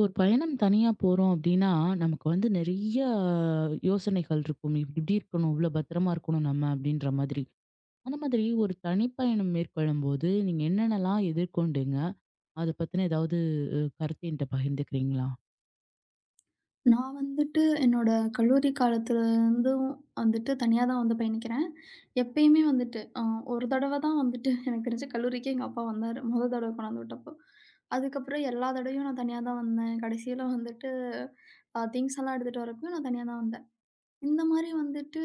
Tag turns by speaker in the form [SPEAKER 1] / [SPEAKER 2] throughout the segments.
[SPEAKER 1] ஒரு பயணம் தனியா போறோம் அப்படின்னா, நமக்கு வந்து நிறைய யோசனைகள் இருக்கும். "இப்டி இப்டி இருக்கணும், இவ்ளோ பத்திரமா இருக்கணும் நம்ம" அப்படின்ற மாதிரி. அந்த மாதிரி ஒரு தனிப்பயணம் மேற்கொள்ளும்போது, நீங்க என்னென்னலாம் எதிர்கொண்டீங்க? அத பத்தின ஏதாவது கருத்து என்ட்ட பகிர்ந்துக்கிறீங்களா?
[SPEAKER 2] நான் வந்துட்டு என்னோட கல்லூரி காலத்துலருந்தும் வந்துட்டு தனியா தான் வந்து பயணிக்கிறேன். எப்பயுமே வந்துட்டு ஒரு தடவ தான் வந்துட்டு எனக்கு தெரிஞ்சு கல்லூரிக்கே எங்க அப்பா வந்தாரு. மொத தடவ கொண்டாந்து விட்டப்போ. அதுக்கப்புறம் எல்லா தடவையும் நான் தனியா தான் வந்தேன். கடைசியில வந்துட்டு திங்ஸ் எல்லாம் எடுத்துட்டு வரப்போ நான் தனியா தான் வந்தேன். இந்த மாரி வந்துட்டு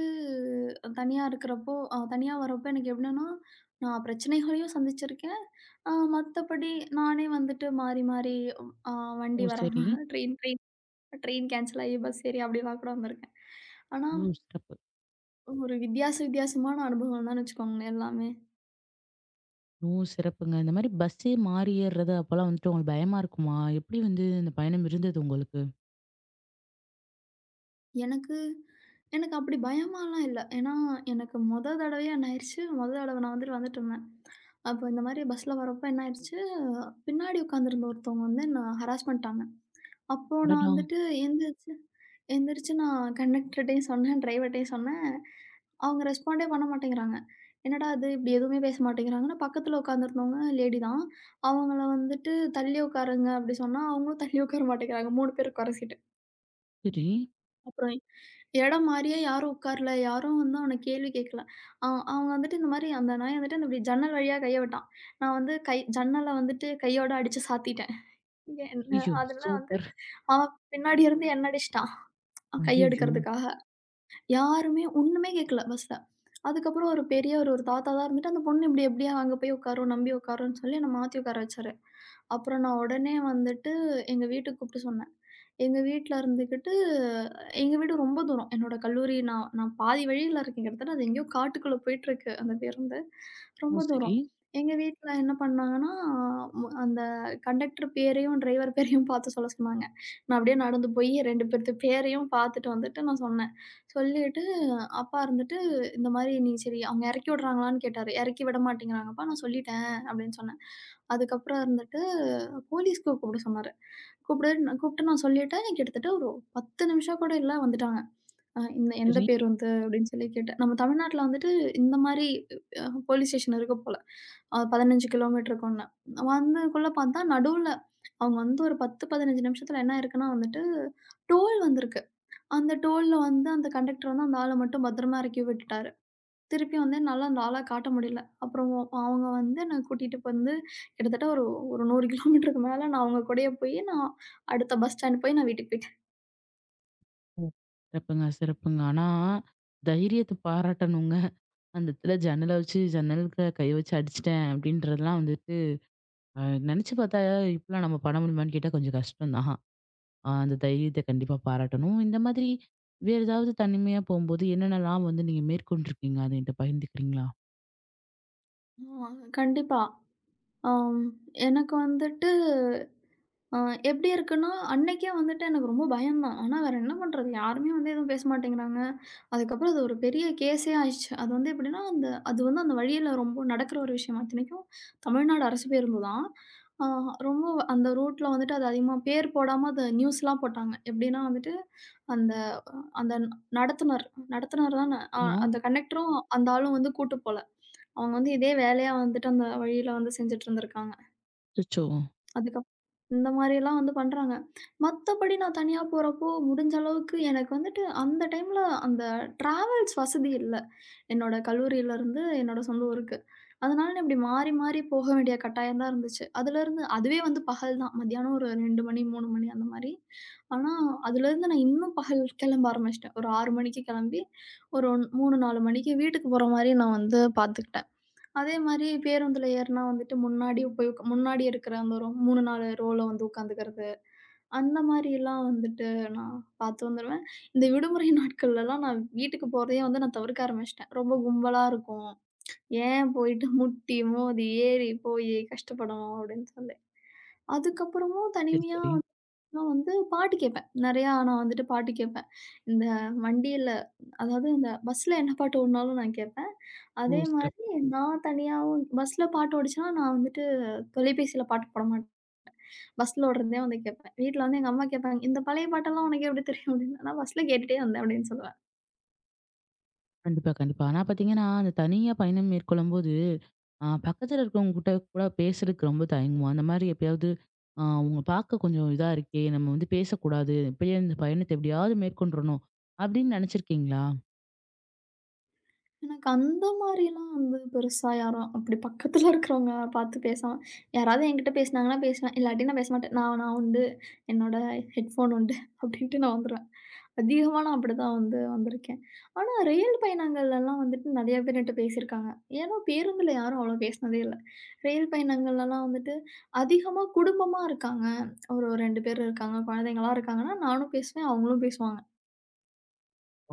[SPEAKER 2] தனியா இருக்கிறப்போ தனியா வரப்போ எனக்கு எப்படின்னா, நான் பிரச்சனைகளையும் சந்திச்சிருக்கேன். மத்தபடி நானே வந்துட்டு மாறி மாறி அ வண்டி
[SPEAKER 1] ஓ!
[SPEAKER 2] வராம
[SPEAKER 1] சரி.
[SPEAKER 2] ட்ரெயின் ட்ரெயின் ட்ரெயின் கேன்சல் ஆயி பஸ் ஏறி அப்படிலாம் கூட வந்திருக்கேன். ஆனா,
[SPEAKER 1] ம். சிறப்பு.
[SPEAKER 2] ஒரு வித்தியாசமான அனுபவம் தான் வச்சுக்கோங்களேன் எல்லாமே.
[SPEAKER 1] ஓ! சிறப்புங்க. இந்த மாரி பஸ்ஸே மாறி ஏறுறது அப்பலாம் வந்துட்டு உங்களுக்கு பயமா இருக்குமா? எப்படி வந்து இந்த பயணம் இருந்தது உங்களுக்கு?
[SPEAKER 2] எனக்கு எனக்கு அப்படி பயமாலாம் இல்ல. ஏன்னா, எனக்கு மொத தடவையா என்ன ஆயிருச்சு, மொத தடவ நான் வந்துட்டு வந்துட்டுருந்தேன். அப்போ இந்த மாரி பஸ்ல வரப்போ என்ன ஆயிருச்சு, பின்னாடி உட்காந்துருந்த ஒருத்தவங்க வந்து என்ன ஹராஸ் பண்ணிட்டாங்க. அப்போ நான்
[SPEAKER 1] அடடா!
[SPEAKER 2] வந்துட்டு எந்திரிச்சு எந்திரிச்சு நான் கண்டக்டர்ட்டயும் சொன்னேன், டிரைவர்ட்டயும் சொன்னேன். அவங்க ரெஸ்பாண்டே பண்ண மாட்டேங்கிறாங்க. என்னடா இது இப்படி எதுவுமே பேச மாட்டேங்கிறாங்கன்னா, பக்கத்துல உட்காந்துருந்தவங்க லேடி தான். அவங்கள வந்துட்டு தள்ளி உட்காருங்க அப்படி சொன்னா, அவங்களும் தள்ளி உட்கார மாட்டேங்கிறாங்க. 3 பேர் உட்கார சீட்டு.
[SPEAKER 1] சரி.
[SPEAKER 2] அப்புறம் இடம் மாறியே யாரும் உட்காரல. யாரும் வந்து அவன கேள்வி கேட்கல. அ அவங்க வந்துட்டு இந்த மாரி அந்த நாய் வந்துட்டு அந்த இப்படி ஜன்னல் வழியா கைய விட்டான். நான் வந்து கை ஜன்னல வந்துட்டு கையோட அடிச்சு சாத்திட்டேன். என்ன
[SPEAKER 1] ஐயோ!
[SPEAKER 2] அதுல வந்து
[SPEAKER 1] சூப்பர்.
[SPEAKER 2] அவன் பின்னாடி இருந்து என்ன அடிச்சுட்டான். கைய
[SPEAKER 1] ஐயய்யோ!
[SPEAKER 2] எடுக்கிறதுக்காக. யாருமே ஒண்ணுமே கேட்கல பஸ்ல. அதுக்கப்புறம் ஒரு பெரியவர் ஒரு ஒரு தாத்தா தான் இருந்துட்டு, அந்த பொண்ணு இப்படி எப்படியோ அங்க போய் உட்காரும், நம்பி உட்காருன்னு சொல்லி என்ன மாத்தி உட்கார வச்சாரு. அப்புறம் நான் உடனே வந்துட்டு எங்க வீட்டுக்கு கூப்பிட்டு சொன்னேன். எங்க வீட்ல இருந்துக்கிட்டு எங்க வீடு ரொம்ப தூரம். என்னோட கல்லூரி நான் நான் பாதி வழியில இருக்கேன். கிட்டத்தட்ட அது எங்கேயோ காட்டுக்குள்ள போயிட்டுருக்கு அந்த பேருந்து. ரொம்ப
[SPEAKER 1] ஓ! சரி.
[SPEAKER 2] தூரம். எங்க வீட்ல என்ன பண்ணாங்கன்னா, அந்த கண்டக்டர் பேரையும், டிரைவர் பேரையும் பார்த்து சொல்ல சொன்னாங்க. நான் அப்படியே நடந்து போய் 2 பேர்த்து பேரையும் பார்த்துட்டு வந்துட்டு நான் சொன்னேன். சொல்லிட்டு அப்பா இருந்துட்டு, "இந்த மாரி நீ சரி அவங்க இறக்கி விடுறாங்களான்னு?" கேட்டாரு. "இறக்கி விட மாட்டேங்கிறாங்கப்பா. நான் சொல்லிட்டேன்." அப்படின்னு சொன்னேன். அதுக்கப்புறம் இருந்துட்டு போலீஸ்க்கு கூப்பிட சொன்னாரு. கூப்பிடு கூப்பிட்டு நான் சொல்லிட்டேன். கிட்டத்தட்ட ஒரு 10 நிமிஷம் கூட இல்ல வந்துட்டாங்க. இந்த எந்த
[SPEAKER 1] சரி.
[SPEAKER 2] பேருந்து அப்படின்னு சொல்லி கேட்டேன். நம்ம தமிழ்நாட்டுல வந்துட்டு இந்த மாரி அ போலீஸ் ஸ்டேஷன் இருக்கு போல. 15 கிலோமீட்டருக்கு ஒண்ணு. வந்ததுக்குள்ள பார்த்தா நடுவுல அவங்க வந்து ஒரு 10, 15 நிமிஷத்துல என்ன இருக்குன்னா வந்துட்டு, டோல் வந்திருக்கு. அந்த டோல்ல வந்து அந்த கண்டக்டர் வந்து அந்த ஆள மட்டும் பத்திரமா இறக்கி விட்டுட்டாரு. திருப்பி வந்து என்னால அந்த ஆள காட்ட முடியல. அப்புறம் அவங்க வந்து என்ன கூட்டிட்டு வந்து கிட்டத்தட்ட ஒரு ஒரு 100 கிலோமீட்டருக்கு மேல நான் அவங்க கூடயே போயி, நான் அடுத்த பஸ் ஸ்டாண்ட் போய் நான் வீட்டுக்கு போயிட்டேன்.
[SPEAKER 1] ம். சிறப்புங்க, சிறப்புங்க. ஆனா, தைரியத்த பாராட்டணுங்க. அந்த இடத்துல ஜன்னல வச்சு ஜன்னலுக்குள்ள கை வச்சு அடிச்சுட்டேன் அப்படின்றதெல்லாம் வந்துட்டு, அ நெனச்சு பார்த்தா இப்படிலாம் நம்ம பண்ண முடியுமான்னு கேட்டா கொஞ்சம் கஷ்டம் தான். அந்த தைரியத்த கண்டிப்பா பாராட்டணும். இந்த மாதிரி வேற ஏதாவது தனிமையா போம்போது என்னென்னலாம் வந்து நீங்க மேற்கொண்டிருக்கீங்க? அத என்ட்ட பகிர்ந்துக்கிறீங்களா?
[SPEAKER 2] ஆ கண்டிப்பா. ஆம் எனக்கு வந்துட்டு அ எப்படி இருக்குன்னா, அன்னைக்கே வந்துட்டு எனக்கு ரொம்ப பயம்தான். ஆனா வேற என்ன பண்றது? யாருமே வந்து எதுவும் பேச மாட்டேங்கிறாங்க. அதுக்கப்புறம் அது ஒரு பெரிய கேஸே ஆயிருச்சு. அது வந்து எப்படின்னா, அந்த அது வந்து அந்த வழியில ரொம்ப நடக்கிற ஒரு விஷயம். இத்தனைக்கும் தமிழ்நாடு அரசு பேருந்து தான். அ ரொம்ப அந்த ரூட்ல வந்துட்டு அது அதிகமா பேர் போடாம அத நியூஸ்லாம் போட்டாங்க. எப்படின்னா வந்துட்டு, அந்த அந்த நடத்துனர் நடத்துனர் தான?
[SPEAKER 1] ஆமா.
[SPEAKER 2] அந்த கண்டக்டரும் அந்த ஆளும் வந்து கூட்டு போல. அவங்க வந்து இதே வேலையா வந்துட்டு அந்த வழியில வந்து செஞ்சுட்டு இருந்திருக்காங்க.
[SPEAKER 1] அச்சச்சோ!
[SPEAKER 2] அதுக்கப் இந்த மாரியெல்லாம் வந்து பண்றாங்க. மத்தபடி நான் தனியா போறப்போ, முடிஞ்ச அளவுக்கு எனக்கு வந்துட்டு அந்த டைம்ல அந்த டிராவல்ஸ் வசதி இல்ல. என்னோட கல்லூரியிலருந்து என்னோட சொந்த ஊருக்கு. அதனால நான் இப்படி மாறி மாறி போக வேண்டிய கட்டாயம் தான் இருந்துச்சு. அதுலருந்து அதுவே வந்து பகல் தான். மத்தியானம் ஒரு 2 மணி, 3 மணி அந்த மாரி. ஆனா, அதுலருந்து நான் இன்னும் பகல் கிளம்ப ஆரம்பிச்சுட்டேன். ஒரு 6 மணிக்கு கிளம்பி, ஒரு 3, 4 மணிக்கு வீட்டுக்கு போற மாரி நான் வந்து பாத்துக்கிட்டேன். அதே மாரி பேருந்துல ஏறுனா வந்துட்டு முன்னாடி போய் முன்னாடி இருக்கிற அந்த ஒரு 3, 4 ரோல வந்து உட்காந்துக்கிறது. அந்த மாரிலாம் வந்துட்டு நான் பார்த்து வந்துருவேன். இந்த விடுமுறை நாட்கள்லலாம் நான் வீட்டுக்கு போறதையே வந்து நான் தவிர்க்க ஆரம்பிச்சுட்டேன். ரொம்ப கும்பலா இருக்கும். ஏன் போயிட்டு முட்டி, மோதி, ஏறி, போயி கஷ்டப்படணும் அப்படின்னு சொல்லி. அதுக்கப்புறமும்
[SPEAKER 1] சரி,
[SPEAKER 2] தனிமையா
[SPEAKER 1] சரி.
[SPEAKER 2] நான் வந்து பாட்டு கேட்பேன். நெறையா நான் வந்துட்டு பாட்டு கேட்பேன். இந்த வண்டியில அதாவது இந்த பஸ்ல என்ன பாட்டு ஓடுனாலும் நான் கேட்பேன்.
[SPEAKER 1] ஓ!
[SPEAKER 2] அதே மாதிரி
[SPEAKER 1] சிறப்பு.
[SPEAKER 2] நான் தனியாவும் பஸ்ல பாட்டு ஓடுச்சுன்னா, நான் வந்துட்டு தொலைபேசியில பாட்டு போட மாட்டேன். பஸ்ல ஓடுறதே வந்து கேட்பேன். வீட்ல வந்து எங்க அம்மா கேட்பாங்க, "இந்த பழைய பாட்டெல்லாம் உனக்கு எப்படி தெரியும்?" அப்படின்னு. "நான் பஸ்ல கேட்டுட்டே வந்தேன்" அப்படின்னு சொல்லுவேன்.
[SPEAKER 1] கண்டிப்பா, கண்டிப்பா. ஆனா பார்த்தீங்கன்னா, அந்த தனியா பயணம் மேற்கொள்ளும்போது பக்கத்துல இருக்கவங்க கிட்ட கூட பேசுறதுக்கு ரொம்ப தயங்குவோம். அந்த மாரி எப்பயாவது அவங்க பார்க்க கொஞ்சம் இதா இருக்கே! நம்ம வந்து பேசக்கூடாது. இப்பயே இந்த பயணத்த எப்படியாவது மேற்கொண்டுறணும் அப்படின்னு நெனச்சிருக்கீங்களா?
[SPEAKER 2] எனக்கு அந்த மாரிலாம் வந்து பெருசா யாரும் அப்படி பக்கத்துல இருக்கிறவங்க பார்த்து பேசாம யாராவது என்கிட்ட பேசுனாங்கன்னா பேசுவேன். இல்லாட்டி நான் பேச மாட்டேன். நான் நான் உண்டு. என்னோட ஹெட்ஃபோன் உண்டு அப்படின்ட்டு நான் வந்துருவேன். அதிகமா நான் அப்படிதான் வந்து வந்திருக்கேன். ஆனா ரயில் பயணங்கள்லலாம் வந்துட்டு நெறைய பேர் என்ட்ட பேசியிருக்காங்க. ஏன்னா பேருந்துல யாரும் அவ்வளோ பேசினதே இல்ல. ரயில் பயணங்கள்லலாம் வந்துட்டு அதிகமா குடும்பமா இருக்காங்க. ஒரு 2 பேர் இருக்காங்க. குழந்தைங்கலாம் இருக்காங்கன்னா நானும் பேசுவேன். அவங்களும் பேசுவாங்க.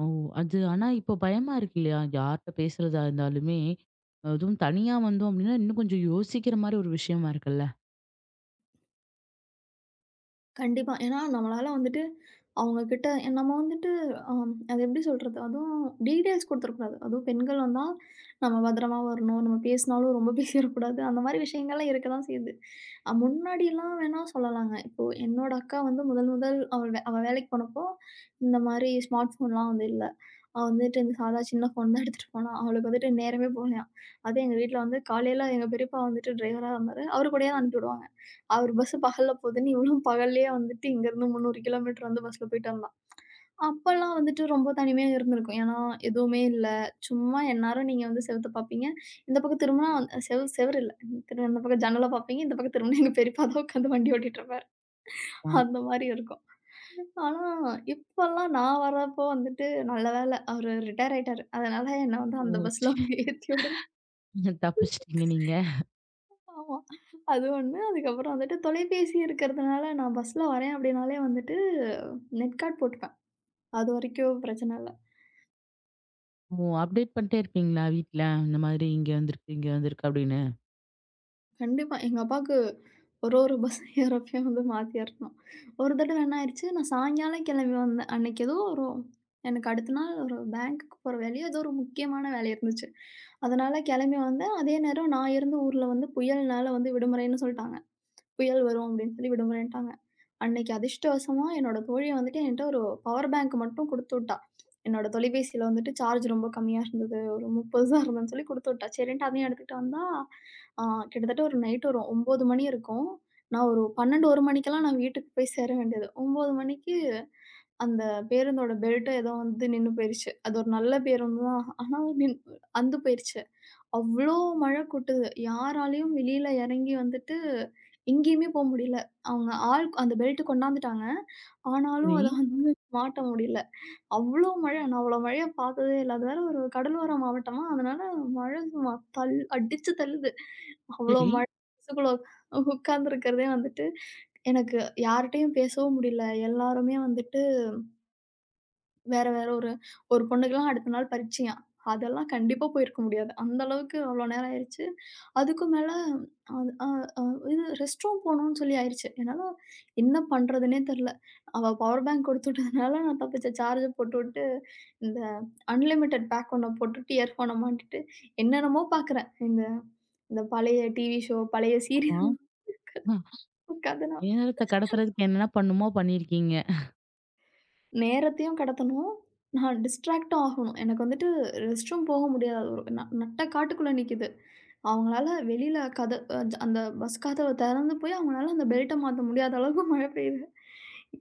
[SPEAKER 1] ஓ! அது ஆனா இப்போ பயமா இருக்கு இல்லையா? யார்ட்ட பேசுறதா இருந்தாலுமே, அதுவும் தனியா வந்தோம் அப்படின்னா, இன்னும் கொஞ்சம் யோசிக்கிற மாரி ஒரு விஷயமா இருக்குல்ல.
[SPEAKER 2] கண்டிப்பா. ஏன்னா, நம்மளால வந்துட்டு அவங்க கிட்ட நம்ம வந்துட்டு அம் அது எப்படி சொல்றது? அதுவும் டீட்டெயில்ஸ் குடுத்துறக்கூடாது. அதுவும் பெண்கள் வந்தா, நம்ம பத்திரமா வரணும். நம்ம பேசினாலும் ரொம்ப பேசிறக்கூடாது. அந்த மாரி விஷயங்கள்லாம் இருக்க தான் செய்யுது. முன்னாடிலாம் வேணா சொல்லலாங்க. இப்போ என்னோட அக்கா வந்து முதல் முதல் அவள் வே அவ வேலைக்கு போனப்போ, இந்த மாரி ஸ்மார்ட் ஃபோன்லாம் வந்து இல்ல. அவ வந்துட்டு இந்த சாதா சின்ன ஃபோன் தான் எடுத்துட்டு போனா. அவளுக்கு வந்துட்டு நேரமே போகலையாம். அதுவும் எங்க வீட்ல வந்து காலையில எங்க பெரியப்பா வந்துட்டு டிரைவரா இருந்தாரு. அவரு கூடயே தான் அனுப்பி விடுவாங்க. அவரு பஸ் பகல்ல போகுதுன்னு, இவளும் பகல்லேயே வந்துட்டு இங்கருந்து 300 கிலோமீட்டர் வந்து பஸ்ல போயிட்டு வந்தா. அப்பலாம் வந்துட்டு ரொம்ப தனிமையா இருந்திருக்கும். ஏன்னா, எதுவுமே இல்ல. சும்மா எந்நேரம் நீங்க வந்து செவுத்த பார்ப்பீங்க. இந்த பக்கம் திரும்புனா செவுரு இல்ல. திரும்ப இந்த பக்கம் ஜன்னல பார்ப்பீங்க. இந்த பக்கம் திரும்புனா எங்க பெரியப்பா தான் உட்காந்து வண்டி ஓட்டிட்டு இருப்பாரு.
[SPEAKER 1] ஆ.
[SPEAKER 2] அந்த மாரி இருக்கும். ஆனா, இப்பலாம் நான் வர்றப்போ வந்துட்டு நல்ல வேள அவரு ரிட்டயர் ஆயிட்டாரு. அதனால என்ன வந்து அந்த
[SPEAKER 1] ஓ!
[SPEAKER 2] பஸ்ல
[SPEAKER 1] சரி.
[SPEAKER 2] அவங்க ஏத்தி விட
[SPEAKER 1] தப்பிச்சுட்டீங்க நீங்க.
[SPEAKER 2] ஆமா. அது ஒண்ணு. அதுக்கப்புறம் வந்துட்டு தொலைபேசி இருக்கிறதுனால நான் பஸ்ல வரேன் அப்படின்னாலே வந்துட்டு நெட் கார்ட் போட்டுப்பேன். அது வரைக்கும் பிரச்சனை இல்ல.
[SPEAKER 1] ஓ! அப்டேட் பண்ணிட்டே இருப்பீங்களா வீட்ல? இந்த மாதிரி இங்க வந்திருக்கு, இங்க வந்திருக்கு அப்படின்னு.
[SPEAKER 2] கண்டிப்பா எங்க அப்பாவுக்கு ஒரு ஒரு பஸ் ஏறப்பயும் வந்து மாத்தி ஏறணும். ஒரு தடவ என்ன ஆயிருச்சு, நான் சாயங்காலம் கிளம்பி வந்தேன். அன்னைக்கு ஏதோ ஒரு எனக்கு அடுத்த நாள் ஒரு பேங்க்குக்கு போற வேலையோ, ஏதோ ஒரு முக்கியமான வேலை இருந்துச்சு. அதனால கிளம்பி வந்தேன். அதே நேரம் நான் இருந்த ஊர்ல வந்து புயல்னால வந்து விடுமுறைன்னு சொல்ட்டாங்க. புயல் வரும் அப்படின்னு சொல்லி விடுமுறைன்ட்டாங்க. அன்னைக்கு அதிர்ஷ்டவசமா என்னோட தோழி வந்துட்டு என்கிட்ட ஒரு பவர் பேங்க் மட்டும் குடுத்துவிட்டா. என்னோட தொலைபேசியில வந்துட்டு சார்ஜ் ரொம்ப கம்மியா இருந்தது. ஒரு 30 தான் இருந்ததுன்னு சொல்லி குடுத்துவிட்டா. சரின்ட்டு அதையும் எடுத்துக்கிட்டு வந்தா, ஆ கிட்டத்தட்ட ஒரு நைட் ஒரு 9 மணி இருக்கும். நான் ஒரு 12, 1 மணிக்கெல்லாம் நான் வீட்டுக்கு போய் சேர வேண்டியது. 9 மணிக்கு அந்த பேருந்தோட பெல்ட் ஏதோ வந்து நின்னு போயிருச்சு. அது ஒரு நல்ல பேருந்து தான். ஆனா அந்து போயிருச்சு. அவ்ளோ மழை கொட்டுது. யாராலயும் வெளியில இறங்கி வந்துட்டு எங்கேயுமே போ முடியல. அவங்க ஆள் அந்த பெல்ட் கொண்டாந்துட்டாங்க. ஆனாலும்
[SPEAKER 1] சரி.
[SPEAKER 2] அத வந்து மாட்ட முடியல. அவ்ளோ மழை. நான் அவ்ளோ மழைய பார்த்ததே இல்ல. அது வேற ஒரு கடலோர மாவட்டமா, அதனால மழை சும்மா அடிச்சு தள்ளுது. அவ்ளோ
[SPEAKER 1] சரி.
[SPEAKER 2] மழை கொசுக்குள்ள உட்கார்ந்துருக்கிறதே வந்துட்டு, எனக்கு யார்ட்டயும் பேசவும் முடியல. எல்லாருமே வந்துட்டு வேற, வேற ஒரு ஒரு பொண்ணுக்குலாம் அடுத்த நாள் பரிட்சையாம். அதெல்லாம் கண்டிப்பா போயிருக்க முடியாது. அந்த அளவுக்கு அவ்ளோ நேரம் ஆயிருச்சு. அதுக்கும் மேல அது அ அ இது ரெஸ்ட் ரூம் போணும்னு சொல்லி ஆயிருச்சு. என்னால என்ன பண்றதுன்னே தெரியல. அவ பவர் பேங்க் கொடுத்து விட்டதுனால நான் தப்பிச்சேன். சார்ஜ போட்டுவிட்டு, இந்த அன்லிமிட்டட் பேக் ஒண்ண போட்டுட்டு, இயர்ஃபோன மாட்டிட்டு என்னென்னமோ பார்க்குறேன். இந்த இந்த பழைய டிவி ஷோ, பழைய சீரியல்
[SPEAKER 1] ஆமா.
[SPEAKER 2] உட்காந்து நான்
[SPEAKER 1] நேரத்த கடத்துறதுக்கு என்னென்ன பண்ணுமோ பண்ணியிருக்கீங்க.
[SPEAKER 2] நேரத்தையும் கடத்தணும். நான் டிஸ்ட்ராக்ட்டும் ஆகணும். எனக்கு வந்துட்டு ரெஸ்ட் ரூம் போக முடியாது. ஒரு நட்ட காட்டுக்குள்ள நிக்குது. அவங்களால வெளியில கத அ அந்த பஸ் கதவ திறந்து போய் அவங்களால அந்த பெல்ட்ட மாத்த முடியாத அளவுக்கு மழை பெய்யுது.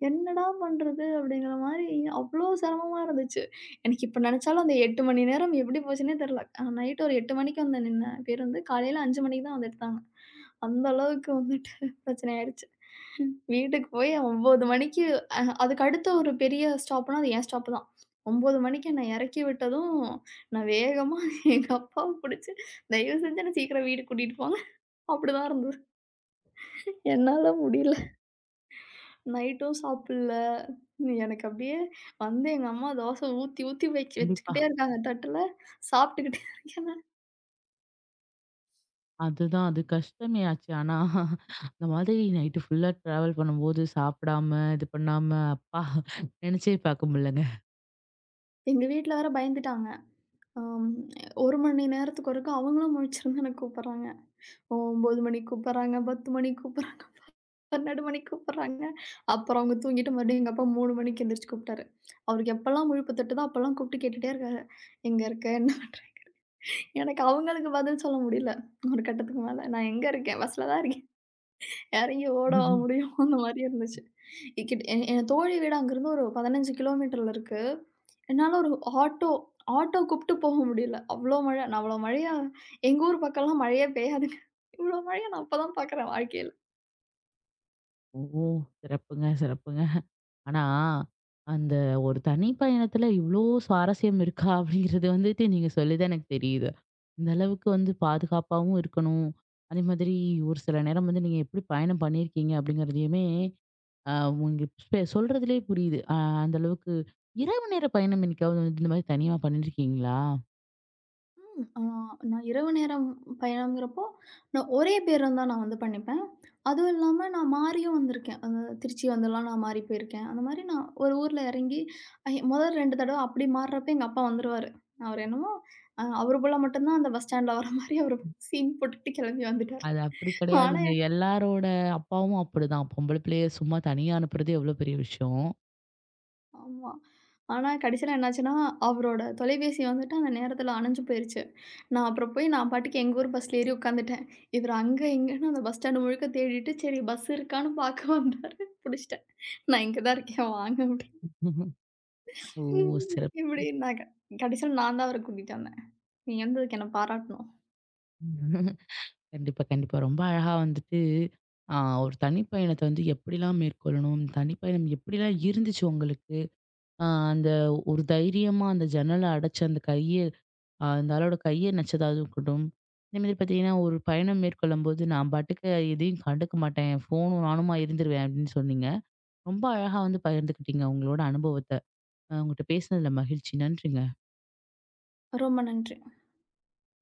[SPEAKER 2] என்னடா பண்றது? அப்படிங்கிற மாரி அவ்ளோ சிரமமா இருந்துச்சு. எனக்கு இப்ப நெனச்சாலும் அந்த 8 மணி நேரம் எப்படி போச்சுன்னே தெரியல. நைட் ஒரு 8 மணிக்கு வந்து நின்ன பேருந்து காலையில 5 மணிக்கு தான் வந்து எடுத்தாங்க. அந்த அளவுக்கு வந்துட்டு பிரச்சனை ஆயிடுச்சு. வீட்டுக்கு போய் 9 மணிக்கு அதுக்கு அடுத்த ஒரு பெரிய ஸ்டாப்னா, அது என் ஸ்டாப் தான். 9 மணிக்கு என்ன இறக்கி விட்டதும், நான் வேகமா எங்க அப்பாவ புடிச்சு, "தயவு செஞ்சு என்ன சீக்கிரம் வீடு கூட்டிட்டு போங்க." அப்படிதான் இருந்தது. என்னால முடியல. நைட்டும் சாப்பிடல. எனக்கு அப்படியே வந்து எங்க அம்மா தோசை ஊத்தி, ஊத்தி வச்சு
[SPEAKER 1] கண்டிப்பா.
[SPEAKER 2] வச்சுக்கிட்டே இருக்காங்க தட்டுல. சாப்பிட்டுக்கிட்டே இருக்கேன்.
[SPEAKER 1] அதுதான் அது கஷ்டமே ஆச்சு. ஆனா, அந்த மாதிரி நைட்டு ஃபுல்லா டிராவல் பண்ணும்போது சாப்பிடாம, இது பண்ணாம அப்பா! நெனச்சே பார்க்க முடியலங்க.
[SPEAKER 2] எங்க வீட்ல வேற பயந்துட்டாங்க. அம் 1 மணி நேரத்துக்கு ஒருக்கா அவங்களும் முழிச்சிருந்து என்ன கூப்பிடுறாங்க. 9 மணிக்கு கூப்பிடுறாங்க, 10 மணிக்கு 12 மணிக்கு கூப்பிடுறாங்க. அப்புறம் அவங்க தூங்கிட்டு மறுபடியும் எங்க அப்பா 3 மணிக்கு எந்திரிச்சு கூப்பிட்டாரு. அவருக்கு எப்பலாம் முழிப்பு தட்டுதோ அப்பலாம் கூப்பிட்டு கேட்டுட்டே இருக்காரு. எங்க இருக்க? என்ன பண்ற? எனக்கு அவங்களுக்கு பதில் சொல்ல முடியல. ஒரு கட்டத்துக்கு மேல. நான் எங்க இருக்கேன்? பஸ்ல தான் இருக்கேன். இறங்கி ஓடவா முடியும்? அந்த மாரி இருந்துச்சு. என் என் தோழி வீடு அங்கருந்து ஒரு 15 கிலோமீட்டர்ல இருக்கு. என்னால ஒரு ஆட்டோ ஆட்டோ கூப்பிட்டு போக முடியல. அவ்ளோ மழை. நான் அவ்ளோ மழையா எங்க ஊர் பக்கம்லாம் மழையே பெய்யாதுங்க. இவ்ளோ மழைய நான் அப்ப தான் பார்க்குறேன் வாழ்க்கையில.
[SPEAKER 1] ஓ! சிறப்புங்க, சிறப்புங்க. ஆனா, அந்த ஒரு தனி பயணத்துல இவ்ளோ சுவாரஸ்யம் இருக்கா? அப்படிங்கிறது வந்துட்டு நீங்க சொல்லி தான் எனக்கு தெரியுது. இந்த அளவுக்கு வந்து பாதுகாப்பாவும் இருக்கணும். அதே மாதிரி ஒரு சில நேரம் வந்து நீங்க எப்படி பயணம் பண்ணியிருக்கீங்க அப்படிங்கிறதையுமே உங்களுக்கு இப்ப சொல்றதிலேயே புரியுது. அந்த அளவுக்கு இரவு நேர பயணம் என்னைக்காவது வந்து இந்த மாரி தனியா பண்ணியிருக்கீங்களா?
[SPEAKER 2] ஆ நான் இரவு நேரம் பயணம்ங்கிறப்போ, நான் ஒரே பேருந்து தான் நான் வந்து பண்ணிப்பேன். அதுவும் இல்லாம நான் மாறியும் வந்திருக்கேன். திருச்சி வந்துலாம் நான் மாறி போயிருக்கேன். அந்த மாரி நான் ஒரு ஊர்ல இறங்கி முதல் 2 தடவ அப்படி மாறுறப்ப எங்க அப்பா வந்துருவாரு. அவர் என்னமோ, அவரு போல மட்டும் தான் அந்த பஸ் ஸ்டாண்ட்ல வர மாரி அவரு சீன் போட்டுட்டு கிளம்பி வந்துட்டாரு.
[SPEAKER 1] அது அப்படி
[SPEAKER 2] ஆனா
[SPEAKER 1] கிடையாதுங்க. எல்லாரோட அப்பாவும் அப்படிதான். பொம்பள பிள்ளைய சும்மா தனியா அனுப்புறது எவ்வளோ பெரிய விஷயம்.
[SPEAKER 2] ஆமா. ஆனா கடைசியில என்னாச்சுன்னா, அவரோட தொலைபேசி வந்துட்டு அந்த நேரத்துல அணைஞ்சு போயிருச்சு. நான் அப்புறம் போய் நான் பாட்டுக்கு எங்க ஊர் பஸ்ல ஏறி உட்காந்துட்டேன். இவரு அங்க, இங்கன்னு அந்த பஸ் ஸ்டாண்ட் முழுக்க தேடிட்டு, சரி பஸ் இருக்கான்னு பார்க்க வந்தாரு. புடிச்சுட்டேன். நான் இங்க தான் இருக்கேன் வாங்க அப்படின்னு.
[SPEAKER 1] ஓ! சிறப்பு.
[SPEAKER 2] இப்படின்னாங்க. கடைசியில நான் தான் அவர கூட்டிட்டு வந்தேன். நீங்க வந்ததுக்கு என்ன பாராட்டணும்.
[SPEAKER 1] கண்டிப்பா, கண்டிப்பா. ரொம்ப அழகா வந்துட்டு, அ ஒரு தனிப்பயணத்த வந்து எப்படிலாம் மேற்கொள்ளணும்? தனிப்பயணம் எப்படிலாம் இருந்துச்சு உங்களுக்கு? அ அந்த ஒரு தைரியமா அந்த ஜன்னல அடைச்சு அந்த கைய அந்த ஆளோட கைய நச்சதா இருக்கட்டும். இந்த மாதிரி பார்த்தீங்கன்னா, ஒரு பயணம் மேற்கொள்ளும்போது நான் பாட்டுக்கு எதையும் கண்டுக்க மாட்டேன். ஃபோனும் நானுமா இருந்துருவேன் அப்படின்னு சொன்னீங்க. ரொம்ப அழகா வந்து பகிர்ந்துக்கிட்டீங்க உங்களோட அனுபவத்த. உங்ககிட்ட பேசினதுல மகிழ்ச்சி. நன்றிங்க.
[SPEAKER 2] ரொம்ப நன்றி.